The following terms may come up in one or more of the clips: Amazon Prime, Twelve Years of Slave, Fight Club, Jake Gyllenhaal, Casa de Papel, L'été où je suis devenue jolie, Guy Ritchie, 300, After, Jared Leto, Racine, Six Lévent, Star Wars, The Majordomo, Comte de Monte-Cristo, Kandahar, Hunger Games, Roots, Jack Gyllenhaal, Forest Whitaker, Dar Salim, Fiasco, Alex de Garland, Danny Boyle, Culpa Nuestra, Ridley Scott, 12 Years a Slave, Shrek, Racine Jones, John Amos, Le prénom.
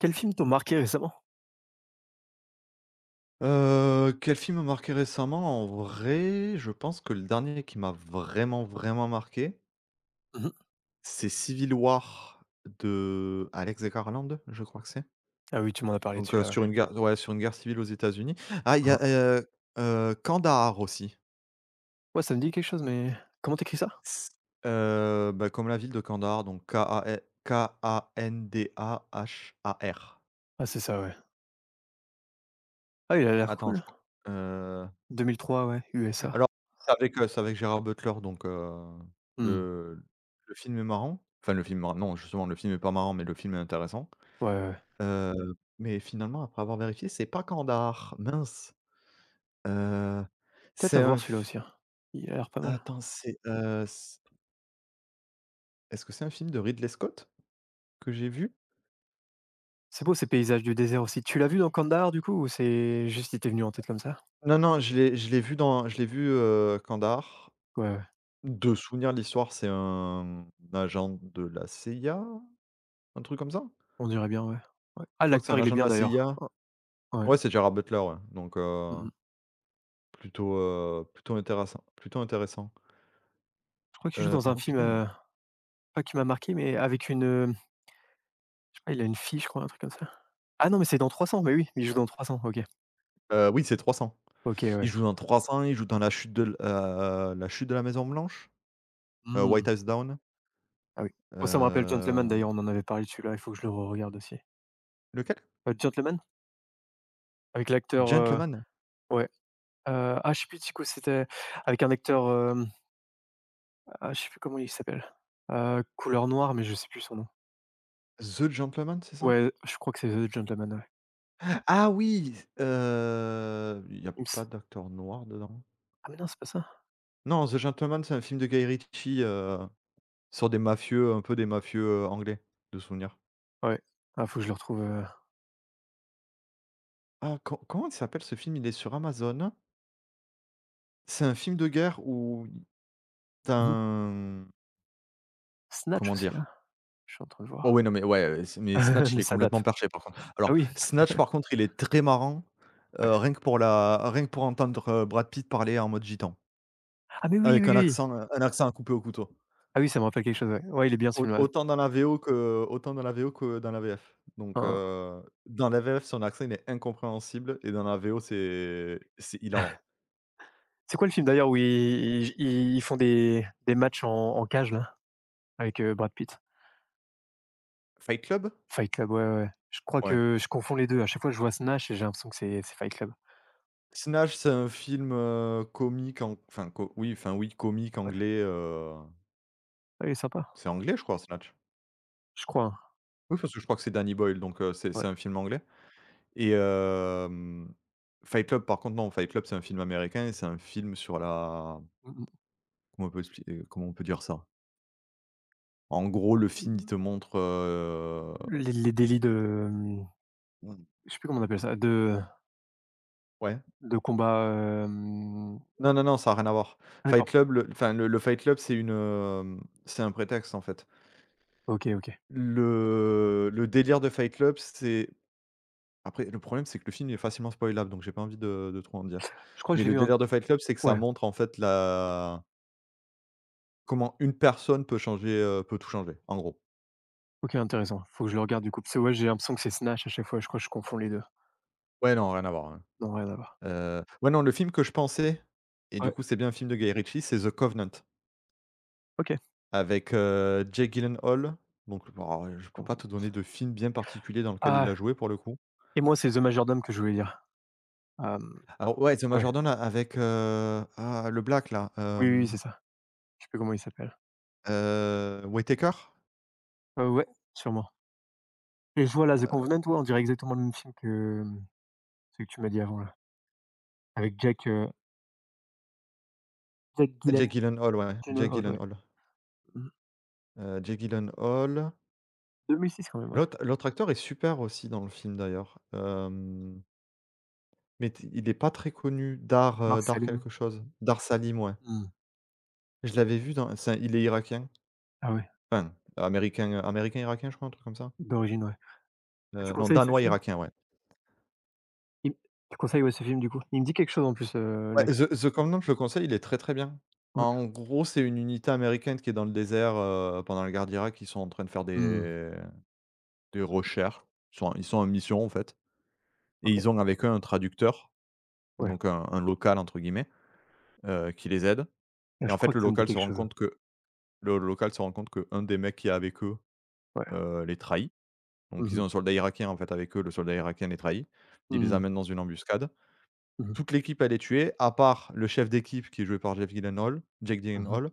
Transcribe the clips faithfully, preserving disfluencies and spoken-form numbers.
Quels films t'ont marqué récemment? Heu, quel film m'a marqué récemment? En vrai, je pense que le dernier qui m'a vraiment, vraiment marqué, Mmh. c'est Civil War de Alex de Garland, je crois que c'est. Ah oui, tu m'en as parlé de Donc, heu, celui-là, ouais. sur une guerre, ouais, sur une guerre civile aux États-Unis. Ah, il y a, Mmh. heu heu, Kandahar aussi. Ouais, ça me dit quelque chose, mais comment t'écris ça? C heu, Bah, comme la ville de Kandahar, donc K A N K A N D A H A R. Ah, c'est ça, ouais. Ah, il a l'air Attends, je cool. crois, euh, deux mille trois, ouais, U S A. alors, c'est avec, heu, c'est avec Gérard Butler, donc. heu, Mmh. le le film est marrant. Enfin le film est marrant, non justement le film est pas marrant mais le film est intéressant. Ouais, ouais, ouais. Heu, mais finalement après avoir vérifié, c'est pas Kandahar, mince. Heu, Peut-être c'est à un voir celui-là f aussi, hein. Il a l'air pas mal. Attends, c'est, heu, c est-ce que c'est un film de Ridley Scott que j'ai vu? C'est beau, ces paysages du désert aussi. Tu l'as vu dans Kandahar du coup, ou c'est juste il t'est venu en tête comme ça? Non, non, je l'ai je l'ai vu dans je l'ai vu, heu, Kandahar. Ouais, ouais, De souvenir de l'histoire, c'est un agent de la C I A? Un truc comme ça? on dirait bien, ouais. Ouais. Ah, Je crois que c'est un l'acteur, il est agent de bien la d'ailleurs. C I A. Ouais. Ouais, c'est Gerard Butler, ouais, donc heu, Mmh. plutôt, heu, plutôt intéressant, plutôt intéressant. Je crois qu'il joue Heu, dans Ah, un oh, film, putain, heu, pas qui m'a marqué, mais avec une, heu, je sais pas, il a une fille, je crois, un truc comme ça. Ah non, mais c'est dans trois cents, mais oui, il joue dans trois cents, OK. heu, oui, c'est trois cents. OK, Il ouais. joue dans trois cents, il joue dans la chute de l heu, la chute de la Maison Blanche, heu, Mmh. White House Down. Ah oui. Moi, ça me rappelle Gentleman heu, d'ailleurs, on en avait parlé de celui-là, il faut que je le regarde aussi. lequel? Heu, Gentleman? Avec l'acteur, heu, Gentleman? ouais, heu, ah, je sais plus du coup c'était, avec un acteur, hem, ah, je sais plus comment il s'appelle, heu, couleur noire, mais je sais plus son nom. The Gentleman, c'est ça? Ouais, je crois que c'est The Gentleman, ouais. Ah oui, s il y a Il me pas s d'acteur noir dedans? ah mais non, c'est pas ça? Non, The Gentleman, c'est un film de Guy Ritchie, heu, sur des mafieux, un peu des mafieux, heu, anglais, de souvenir. Ouais. Ah, faut que je le retrouve, heu, Ah, co comment il s'appelle ce film? Il est sur Amazon. C'est un film de guerre où tu mmh. un Snatch comment aussi, là. dire? Je suis en train de Oh ouais, voir. non, mais ouais, heu, s mais Snatch, il Mais est ça complètement date. perché, par contre. Ah Alors, oui, Snatch, par contre, il est très marrant, ouais. heu, rien que pour la rien que pour entendre, heu, Brad Pitt parler en mode gitan, Ah mais oui, avec oui, un oui! Oui. accent, heu, un accent à couper au couteau. Ah oui, ça me rappelle quelque chose, ouais. Ouais, il est bien, ce Au film-là. autant dans la V O que autant dans la V O que dans la V F. Donc, Hein, hein. heu, dans la V F, son accent, il est incompréhensible, et dans la V O, c'est c'est hilarant. C'est quoi le film d'ailleurs où ils ils ils font des des matchs en en cage là? Avec, heu, Brad Pitt. Fight Club? Fight Club, ouais, ouais. Ouais. Je crois Ouais. que je confonds les deux. À chaque fois, je vois Snatch et j'ai l'impression que c'est c'est Fight Club. Snatch, c'est un film, heu, comique ang enfin co oui, enfin oui, comique Ouais. anglais, heu, Ouais, il est sympa, c'est anglais je crois, Snatch? je crois, hein. Oui, parce que je crois que c'est Danny Boyle, donc heu, c'est Ouais. c'est un film anglais, et hem, Fight Club par contre non, Fight Club c'est un film américain et c'est un film sur la Mmh mh. comment on peut expli euh, comment on peut dire ça? En gros, le film il te montre, heu Les les délits de, mmh, mmh, je sais plus comment on appelle ça, de ouais. de combat, hem Non, non, non, ça a rien à voir. ah, Fight d'accord. Club, le enfin le le Fight Club, c'est une, hem, c'est un prétexte en fait. OK, OK. Le le délire de Fight Club, c'est après, le problème, c'est que le film est facilement spoilable, donc j'ai pas envie de de trop en dire. Je crois que Mais je l'ai le vu un délire de Fight Club, c'est que ça ouais, montre, en fait, la comment une personne peut changer, heu, peut tout changer, en gros. OK, intéressant. Faut que je le regarde du coup, parce que ouais, j'ai l'impression que c'est Snatch à chaque fois, je crois que je confonds les deux. Ouais, non, rien à voir, hein. Non, rien à voir. Heu, ouais, non, le film que je pensais, et du Ouais, coup, c'est bien un film de Guy Ritchie, c'est The Covenant OK. avec, heu, Jake Gyllenhaal, donc alors, je peux pas te donner Confidence. de film bien particulier dans lequel il a Ah, joué, pour le coup. et moi, c'est The Majordome que je voulais dire. Hem, Alors ouais, The ouais, Majordomo avec, heu, ah, le black là, oui, oui, oui, hem, c'est ça. Je sais plus comment il s'appelle. heu, Whittaker? Heu, ouais, sûrement. Et je vois là, The Convenant, ouais, on dirait exactement le même film que, hem, celui que tu m'as dit avant là, avec Jack, heu, Jack Jake Gyllen Gyllenhaal, ouais, Jake Gyllenhaal, ouais. Gyllenhaal. Mmh. Heu, Jake Gyllenhaal. deux mille six quand même, ouais. L'autre l'autre acteur est super aussi dans le film d'ailleurs, hem, mais t il est pas très connu. Dar, heu, Mars Dar à l'ennemi. quelque chose. Dar Salim, ouais. Mmh. Je l'avais vu dans c'est un il est irakien, Ah ouais, enfin américain, américain-irakien je crois, un truc comme ça? d'origine, ouais. Et tu Heu, non, conseilles ce film? danois-irakien, ouais. Il tu conseilles, ouais, ce film du coup? Il me dit quelque chose en plus, heu, Ouais, l'ac The The Covenant, je le conseille, il est très, très bien. ouais. En gros, c'est une unité américaine qui est dans le désert, heu, pendant la guerre d'Irak, ils sont en train de faire Mmh. des des recherches. Ils sont ils sont en mission en fait, et OK, ils ont avec eux un traducteur, ouais. donc un un «local» entre guillemets. Heu, qui les aide, Là, et je en fait crois que le ça me dit local se quelque rend chose, compte que le local se rend compte que un des mecs qui est avec eux, ouais. heu, les trahit. Donc Mmh ils ont mh. un soldat irakien en fait avec eux, le soldat irakien les trahit. Il les Mmh. amène dans une embuscade. Mmh. Toute l'équipe elle est tuée à part le chef d'équipe qui est joué par Jeff Gyllenhaal Jake Mmh. Gyllenhaal,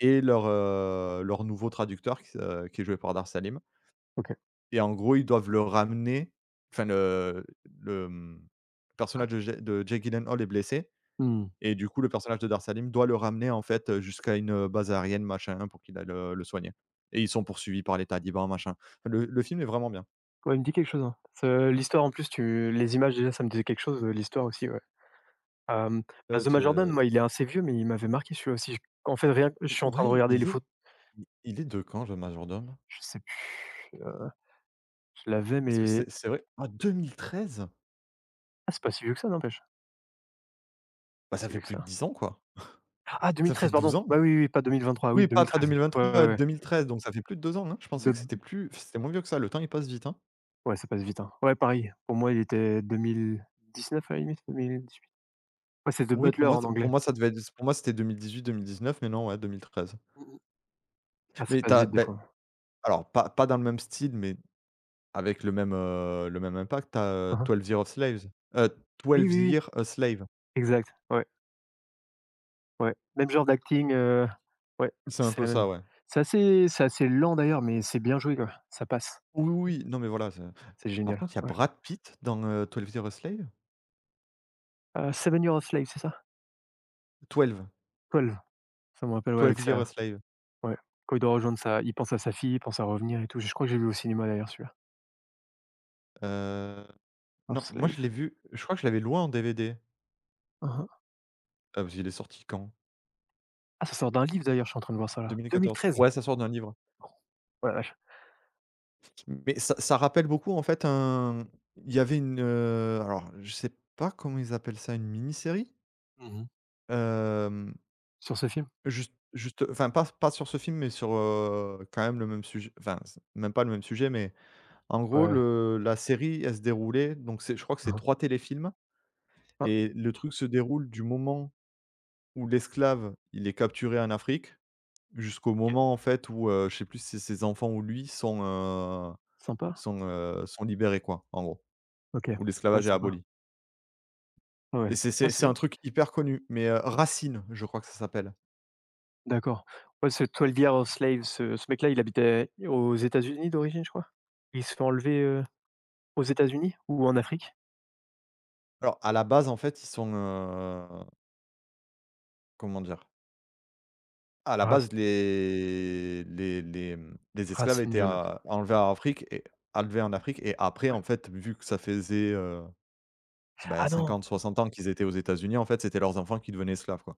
et leur, heu, leur nouveau traducteur qui s heu, qui est joué par Dar Salim. OK. Et en gros ils doivent le ramener, enfin le le, mmh, personnage de Jake de Jake Gyllenhaal est blessé. Mmh. Et du coup, le personnage de Darsalim doit le ramener en fait, heu, jusqu'à une, heu, base aérienne machin pour qu'il aille le le soigner. Et ils sont poursuivis par les talibans machin. Enfin, Le le film est vraiment bien. Ouais, il me dit quelque chose, hein. Ce l'histoire en plus, tu les images déjà, ça me disait quelque chose, heu, l'histoire aussi, ouais. Hem, bah, Heu, The te Major Jordan, moi, il est assez vieux, mais il m'avait marqué celui-là aussi. En fait, rien que je Et suis en train de ouais, regarder les il est photos, il est de quand, le majordome? je sais plus, heu, je l'avais, Parce que mais c'est c'est vrai, ah, deux mille treize? ah, c'est pas si vieux que ça, n'empêche. Bah, Pas ça si fait vieux que plus de ça. dix ans quoi. Ah, deux mille Ça fait treize, douze pardon. ans. Bah, oui, oui, oui, pas deux mille vingt-trois, oui, Oui, pas pas deux mille treize. Ouais, ouais, deux mille vingt-trois, ouais. deux mille treize, donc ça fait plus de deux ans, hein. Je pensais De que c'était plus c'était moins vieux que ça. Le temps il passe vite, hein. ouais, ça passe vite, hein. Ouais, pareil, pour moi, il était deux mille dix-neuf à la limite, huit. Ouais, c'est The Oui, pour Butler moi, en ça pour anglais. moi ça devait être pour moi c'était deux mille dix-huit-deux mille dix-neuf, mais non, ouais, deux mille treize. Mmh. Ah, ça Mais passe t'as, vite des as, fois. alors pas pas dans le même style, mais avec le même, heu, le même impact, tu as, heu, Hein hein. Years of Slaves, heu, Oui, douze oui, oui, Years a Slave. exact. Ouais, ouais. Même genre d'acting, heu, ouais, C'est un c'est peu la ça, même. ouais. C'est assez c'est assez lent d'ailleurs, mais c'est bien joué, quoi. Ça passe. Oui, oui, oui, non, mais voilà, c'est C'est par génial, contre, il y a ouais. Brad Pitt dans, heu, douze Years a Slave? Heu, Seven Years of Slave, c'est ça? douze, Twelve. Ça me rappelle, ouais, avec douze Years a sa Slave, ouais, quand il doit rejoindre sa il pense à sa fille, il pense à revenir et tout. Je crois que j'ai vu au cinéma d'ailleurs celui-là, heu, of non, moi, je Slave. l'ai vu, je crois que je l'avais loué en D V D, Mmh. heu, parce qu'il est sorti quand? Ah, ça sort d'un livre d'ailleurs, je suis en train de voir ça là. deux mille quatorze? deux mille treize! Ouais, ça sort d'un livre, Ouais, la vache. mais ça ça rappelle beaucoup, en fait, un il y avait une, heu, alors je sais pas comment ils appellent ça, une mini-série? Mmh. Euh, Sur ce film? Juste juste, enfin, pas pas sur ce film, mais sur, heu, quand même le même sujet, enfin, c'est même pas le même sujet, mais en Ouais, gros, ouais. le la série, elle se déroulait, donc c'est je crois que c'est Mmh. trois téléfilms, Ah, et le truc se déroule du moment où l'esclave, il est capturé en Afrique jusqu'au OK. moment, en fait, où, heu, je sais plus si c'est ses enfants ou lui sont, heu, Sympa. sont, heu, sont libérés, quoi, en gros, OK. où Ouais, l'esclavage est sympa. aboli, Ouais, ouais. et c'est Ah, c'est c'est c'est bien. un truc hyper connu, mais, heu, Racine, je crois que ça s'appelle. D'accord. Ouais, ce Twelve Years of Slave, ce ce mec-là, il habitait aux États-Unis d'origine, je crois? Il se fait enlever, heu, aux États-Unis ou en Afrique? Alors à la base, en fait, ils sont, heu, comment dire? À la Rac base, les les les, mmh, les esclaves Racine étaient, Jones, heu, enlevés en Afrique, et enlevés en Afrique et après, ouais. en fait, vu que ça faisait, heu, bah, Ah non! cinquante à soixante ans qu'ils étaient aux États-Unis, en fait, c'était leurs enfants qui devenaient esclaves, quoi.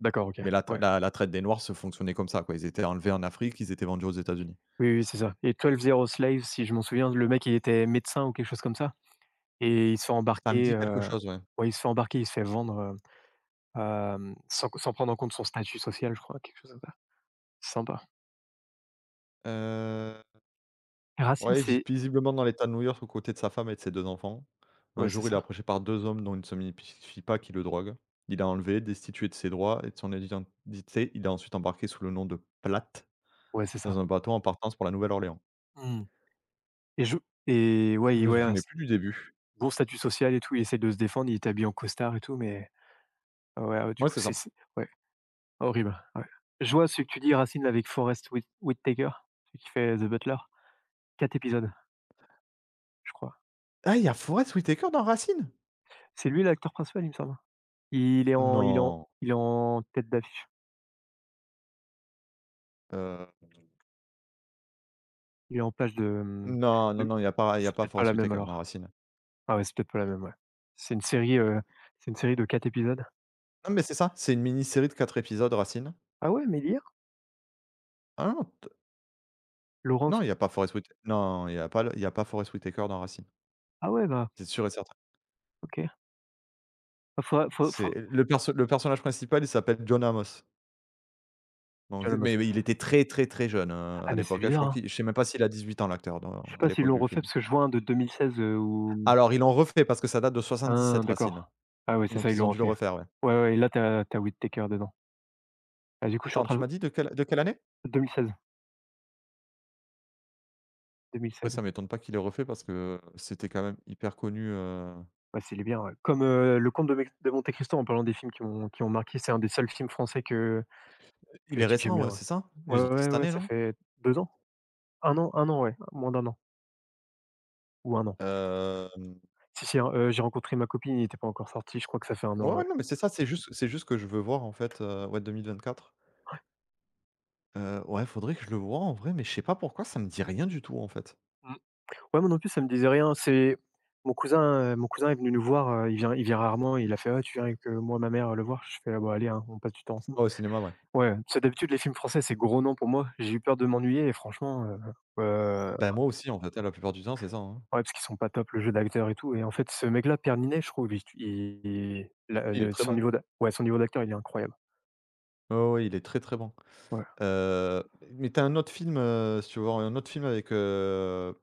D'accord, OK. Mais la tr Ouais. la la traite des noirs se fonctionnait comme ça, quoi. Ils étaient enlevés en Afrique, ils étaient vendus aux États-Unis. Oui, oui, c'est ça, et douze Zero Old Slave, si je m'en souviens, le mec, il était médecin ou quelque chose comme ça et il se fait Ça me embarquer, dit quelque heu, chose, ouais. ouais, il se fait embarquer, il se fait vendre, heu, hem, sans sans prendre en compte son statut social, je crois, quelque chose comme ça. C'est sympa. Heu Et Racine, Ouais, il vit c'est paisiblement dans l'État de New York aux côtés de sa femme et de ses deux enfants. Un ouais, c'est jour, il est ça. approché par deux hommes dont il ne se identifie pas qui le drogue. Il a enlevé, destitué de ses droits et de son identité. Il est ensuite embarqué sous le nom de Platt Ouais, c'est dans ça. un bateau en partance pour la Nouvelle-Orléans. Mmh. et je et ouais, Je il me ouais, un souvenais s plus du début. bon statut social et tout, il essaie de se défendre, il est habillé en costard et tout, mais ah ouais, ah ouais, du Ouais, coup, c'est c'est ça. c'est ouais, horrible, ouais. Je vois ce que tu dis, Racine, avec Forest Whit Whitaker, celui qui fait The Butler. Quatre épisodes, je crois. Ah, il y a Forest Whitaker dans Racine? C'est lui l'acteur principal, il me semble. Il est en il est en Non, il est en tête d'affiche. heu, Il est en page de, hem, non, non, de non, il n'y a pas il y a c'est pas peut-être pas Forest la même Whitaker dans alors. Racine. Ah ouais, c'est peut-être pas la même, ouais. C'est une série, heu, c'est une série de quatre épisodes. Non, mais c'est ça, c'est une mini-série de quatre épisodes, Racine. Ah ouais, mais lire? Ah non, t non, Laurence il n'y a pas Forest Whitaker. Non, il n'y a pas le il y a pas Forest Whitaker dans Racine. ah ouais, bah, C'est sûr et certain. OK. Bah, faudra faut C'est faut le perso le personnage principal, il s'appelle John Amos. Donc John mais Amos. mais il était très, très, très jeune, hein, à Ah mais c'est l'époque, hein. Je bizarre, crois hein. qu'il je sais même pas s'il a dix huit ans l'acteur dans Je sais à pas s'ils l'époque l'ont du refait, film. parce que je vois un de vingt seize, heu, où Alors ils l'ont refait parce que ça date de ah, soixante-dix-sept, Racine. d'accord. Ah ouais, c'est Donc ça, ils ils ont l'ont dû le refait. refaire, ouais. Ouais, ouais, et là t'as t'as tu Whittaker dedans. Ah du coup, je suis en Attends, train tu de m'as dit de quelle de quelle année? deux mille seize, Après deux mille seize. ça m'étonne pas qu'il l'aient refait parce que c'était quand même hyper connu, heu Ouais, c'est les est bien, ouais. Comme, heu, Le Comte de Mex de Monte Cristo, en parlant des films qui m'ont qui ont marqué, c'est un des seuls films français que Il que je est dis que j'aime récent, bien, ouais, ouais. c'est ça? Il est Ouais, sorti ouais, cette ouais, année, ça non? fait deux ans? Un an, un an, ouais, moins d'un an ou un an. Hem, Si, si, hein, heu, j'ai rencontré ma copine, il était pas encore sorti, je crois que ça fait un ouais, an, ouais, ouais. non, mais c'est ça, c'est juste c'est juste que je veux voir en fait, heu, ouais, deux mille vingt-quatre. Heu, ouais, faudrait que je le voie en vrai, mais je sais pas pourquoi ça me dit rien du tout en fait. Mmh. Ouais, moi non plus, ça me disait rien. C'est mon cousin, heu, mon cousin est venu nous voir, heu, il vient il vient rarement, il a fait: «Ah, tu viens avec, heu, moi, ma mère, le voir?» Je fais: «Ah bah, allez, hein, on passe du temps ensemble». Ouais, au cinéma, ouais. Ouais, parce que d'habitude les films français, c'est gros non pour moi. J'ai eu peur de m'ennuyer, et franchement, heu, heu Bah, moi aussi, en fait, hein, la plupart du temps, c'est ça, hein. ouais, parce qu'ils sont pas top, le jeu d'acteur et tout, et en fait, ce mec-là, Pierre, je trouve, il il la euh, Il est le très son bon. niveau d'a ouais, son niveau d'acteur, il est incroyable. Ouais, ouais, il est très, très bon. Ouais. Heu, mais tu as un autre film, heu, si tu veux voir un autre film avec, heu,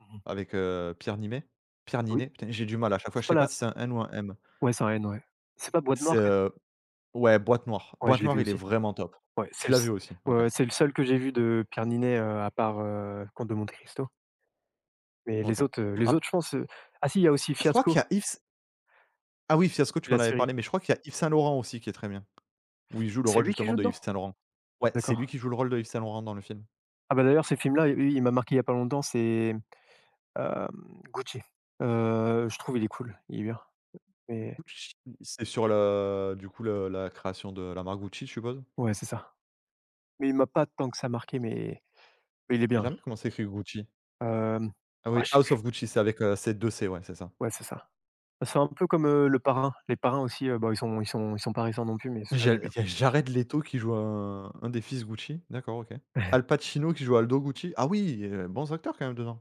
Mmh. avec, heu, Pierre Nimet Pierre Oui, Niney? Putain, j'ai du mal à chaque fois, c'est je pas sais pas la si c'est un N ou un M. ouais, c'est un N, ouais. C'est pas Boîte C'est, Noire que heu ouais, Boîte Noire. ouais, je Boîte l'ai Noire, vu il est aussi. vraiment top. Ouais, c'est Tu le l'as vu s aussi? ouais, OK, ouais, c'est le seul que j'ai vu de Pierre Ninet, euh, à part, heu, Comte de Monte Cristo. Mais les OK. autres, heu, les Ah, autres, je pense, heu ah si, il y a aussi je crois qu'il Fiasco, y a Yves S Ah oui, Fiasco, tu m'en la avais série. parlé, mais je crois qu'il y a Yves Saint Laurent aussi qui est très bien, où il joue le C'est rôle lui qui justement joue de dedans? Yves Saint Laurent. Ouais, c'est lui D'accord. qui joue le rôle de Yves Saint Laurent dans le film. Ah bah, d'ailleurs, ces films là lui, il m'a marqué il y a pas longtemps, c'est, hem, Gucci. Heu, je trouve il est cool, il est bien. Mais Gucci, c'est sur le du coup, le la création de la marque Gucci, je suppose? ouais, c'est ça. Mais il m'a pas tant que ça marqué, mais mais il est J'ai bien. jamais Comment s'écrit Gucci? Hem, Ah ah, oui, je sais House plus. of Gucci, c'est avec, heu, c'est deux C, ouais, c'est ça. Ouais, c'est ça. C'est un peu comme, heu, Le Parrain. Les Parrains aussi, heu, bah, ils sont ils sont ils sont pas récents non plus, mais celui-là, J'a j'ai bien. Il y a Jared Leto qui joue un un des fils Gucci? D'accord, OK. Al Pacino qui joue Aldo Gucci? Ah oui, heu, bons acteurs quand même dedans.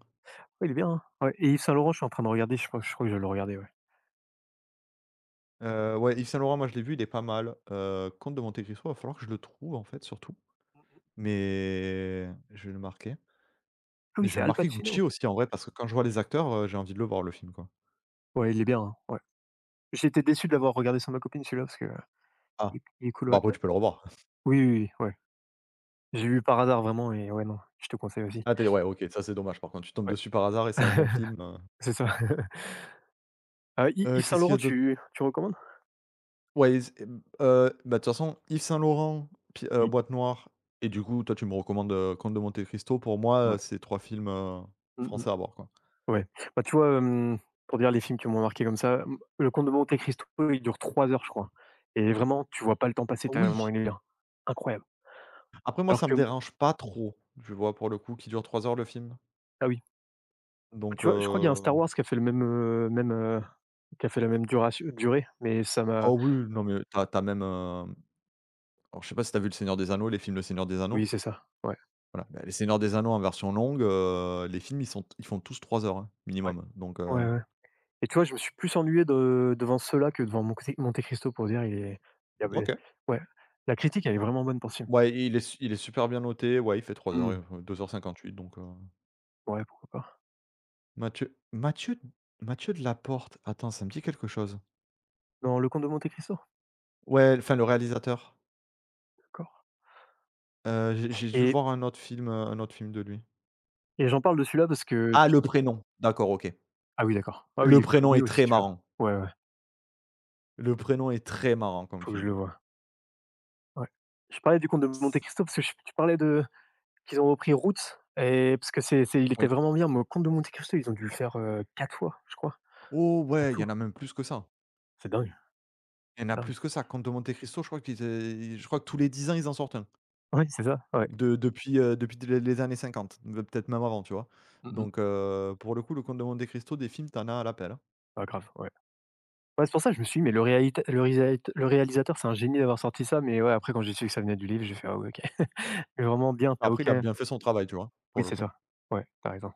Ouais, il est bien, hein. Ouais, et Yves Saint Laurent, je suis en train de regarder, je crois je crois que je vais le regarder, ouais. Heu, ouais, Yves Saint Laurent, moi je l'ai vu, il est pas mal. Heu, Comte de Monte-Cristo, va falloir que je le trouve en fait, surtout, mais je vais le marquer. Ah oui, Je c'est vais Al marquer Gucci Pacino. aussi en vrai parce que quand je vois les acteurs, heu, j'ai envie de le voir le film, quoi. Ouais, il est bien, hein, ouais. J'étais déçu de l'avoir regardé sans ma copine celui-là parce que euh, Ah, il est il est cool, bah ouais. après tu peux le revoir. Oui, oui, oui, ouais. J'ai vu par hasard vraiment, et ouais, non, je te conseille aussi. Ah t'es Ouais, OK, ça c'est dommage par contre, tu tombes Ouais, dessus par hasard et c'est un bon film, heu. c'est ça. Heu, Yves Heu, Yves Saint Qu'est-ce qu'il y a Laurent, d'autre? tu tu recommandes? Ouais, z hem, heu, bah, de toute façon, Yves Saint Laurent, puis, heu, I Boîte noire et du coup, toi tu me recommandes, heu, Comte de Monte Cristo. Pour moi, heu, ouais. c'est trois films, heu, Mmh mh. français à voir, quoi. Ouais. Bah, tu vois, hem, pour dire les films qui m'ont marqué comme ça, mmh, Le Comte de Monte Cristo, il dure trois heures, je crois, et vraiment, tu vois pas le temps passer tellement Oui, il est bien. Incroyable. après moi Alors ça me que dérange pas trop, tu vois? Pour le coup, qui dure trois heures le film, ah oui, donc tu vois, je crois qu'il y a un Star heu Wars qui a fait le même, heu, même, heu, qui a fait la même duration durée, mais ça m'a oh oui, non mais tu as tu as même, hem, alors je sais pas si tu as vu Le Seigneur des Anneaux, les films Le Seigneur des Anneaux? oui, c'est ça. Ouais, Voilà, bah, Les Seigneurs des Anneaux en version longue, heu, les films ils sont ils font tous trois heures, hein, ouais. minimum, donc heu Ouais, ouais, et tu vois, je me suis plus ennuyé de devant ceux-là que devant Monte Monte Cristo pour dire il est il y avait OK. ouais, la critique, elle est vraiment bonne pour ce film. Ouais, il est su il est super bien noté, ouais, il fait trois heures Mmh. euh, deux heures cinquante-huit. donc, heu, Ouais, pourquoi pas. Mathieu Mathieu Mathieu Delaporte, attends, ça me dit quelque chose. Dans Le Comte de Monte Cristo? Ouais, enfin le réalisateur, D'accord. heu, j'ai j'ai dû et voir un autre film, heu, un autre film de lui. et j'en parle de celui-là parce que Ah, le prénom, d'accord, OK. ah oui, d'accord. Ah oui, Le il est prénom connu est aussi, très tu vois. marrant. Ouais, ouais, Le prénom est très marrant comme faut que je film. le voie. Ouais. Je parlais du Conte de Monte C Cristo parce que je tu parlais de qu'ils ont repris Roots, et parce que c'est c'est il était Oui. vraiment bien, mais le Conte de Monte Cristo, ils ont dû le faire, heu, quatre fois, je crois, Oh en ouais, il y tout. en a même plus que ça. C'est dingue, Il y en c'est a dingue. plus que ça. Conte de Monte Cristo, je crois qu'ils é je crois que tous les dix ans, ils en sortent un. Oui, c'est ça, ouais. De depuis, heu, depuis les les années cinquante peut-être même avant, tu vois? Mmh mh. Donc heu, pour le coup, le Comte de Monte Cristo, des films, t'en as à l'appel. Hein. Ouais, grave, ouais. Ouais, c'est pour ça que je me suis dit: «Mais le réalita le réalisateur le réalisateur, c'est un génie d'avoir sorti ça», mais ouais, après quand j'ai su que ça venait du livre, j'ai fait: «Ah oui, OK». Mais vraiment bien, t'as as Après, il a aucun bien fait son travail, tu vois? Pour oui, le c'est coup. ça. Ouais, tu as raison.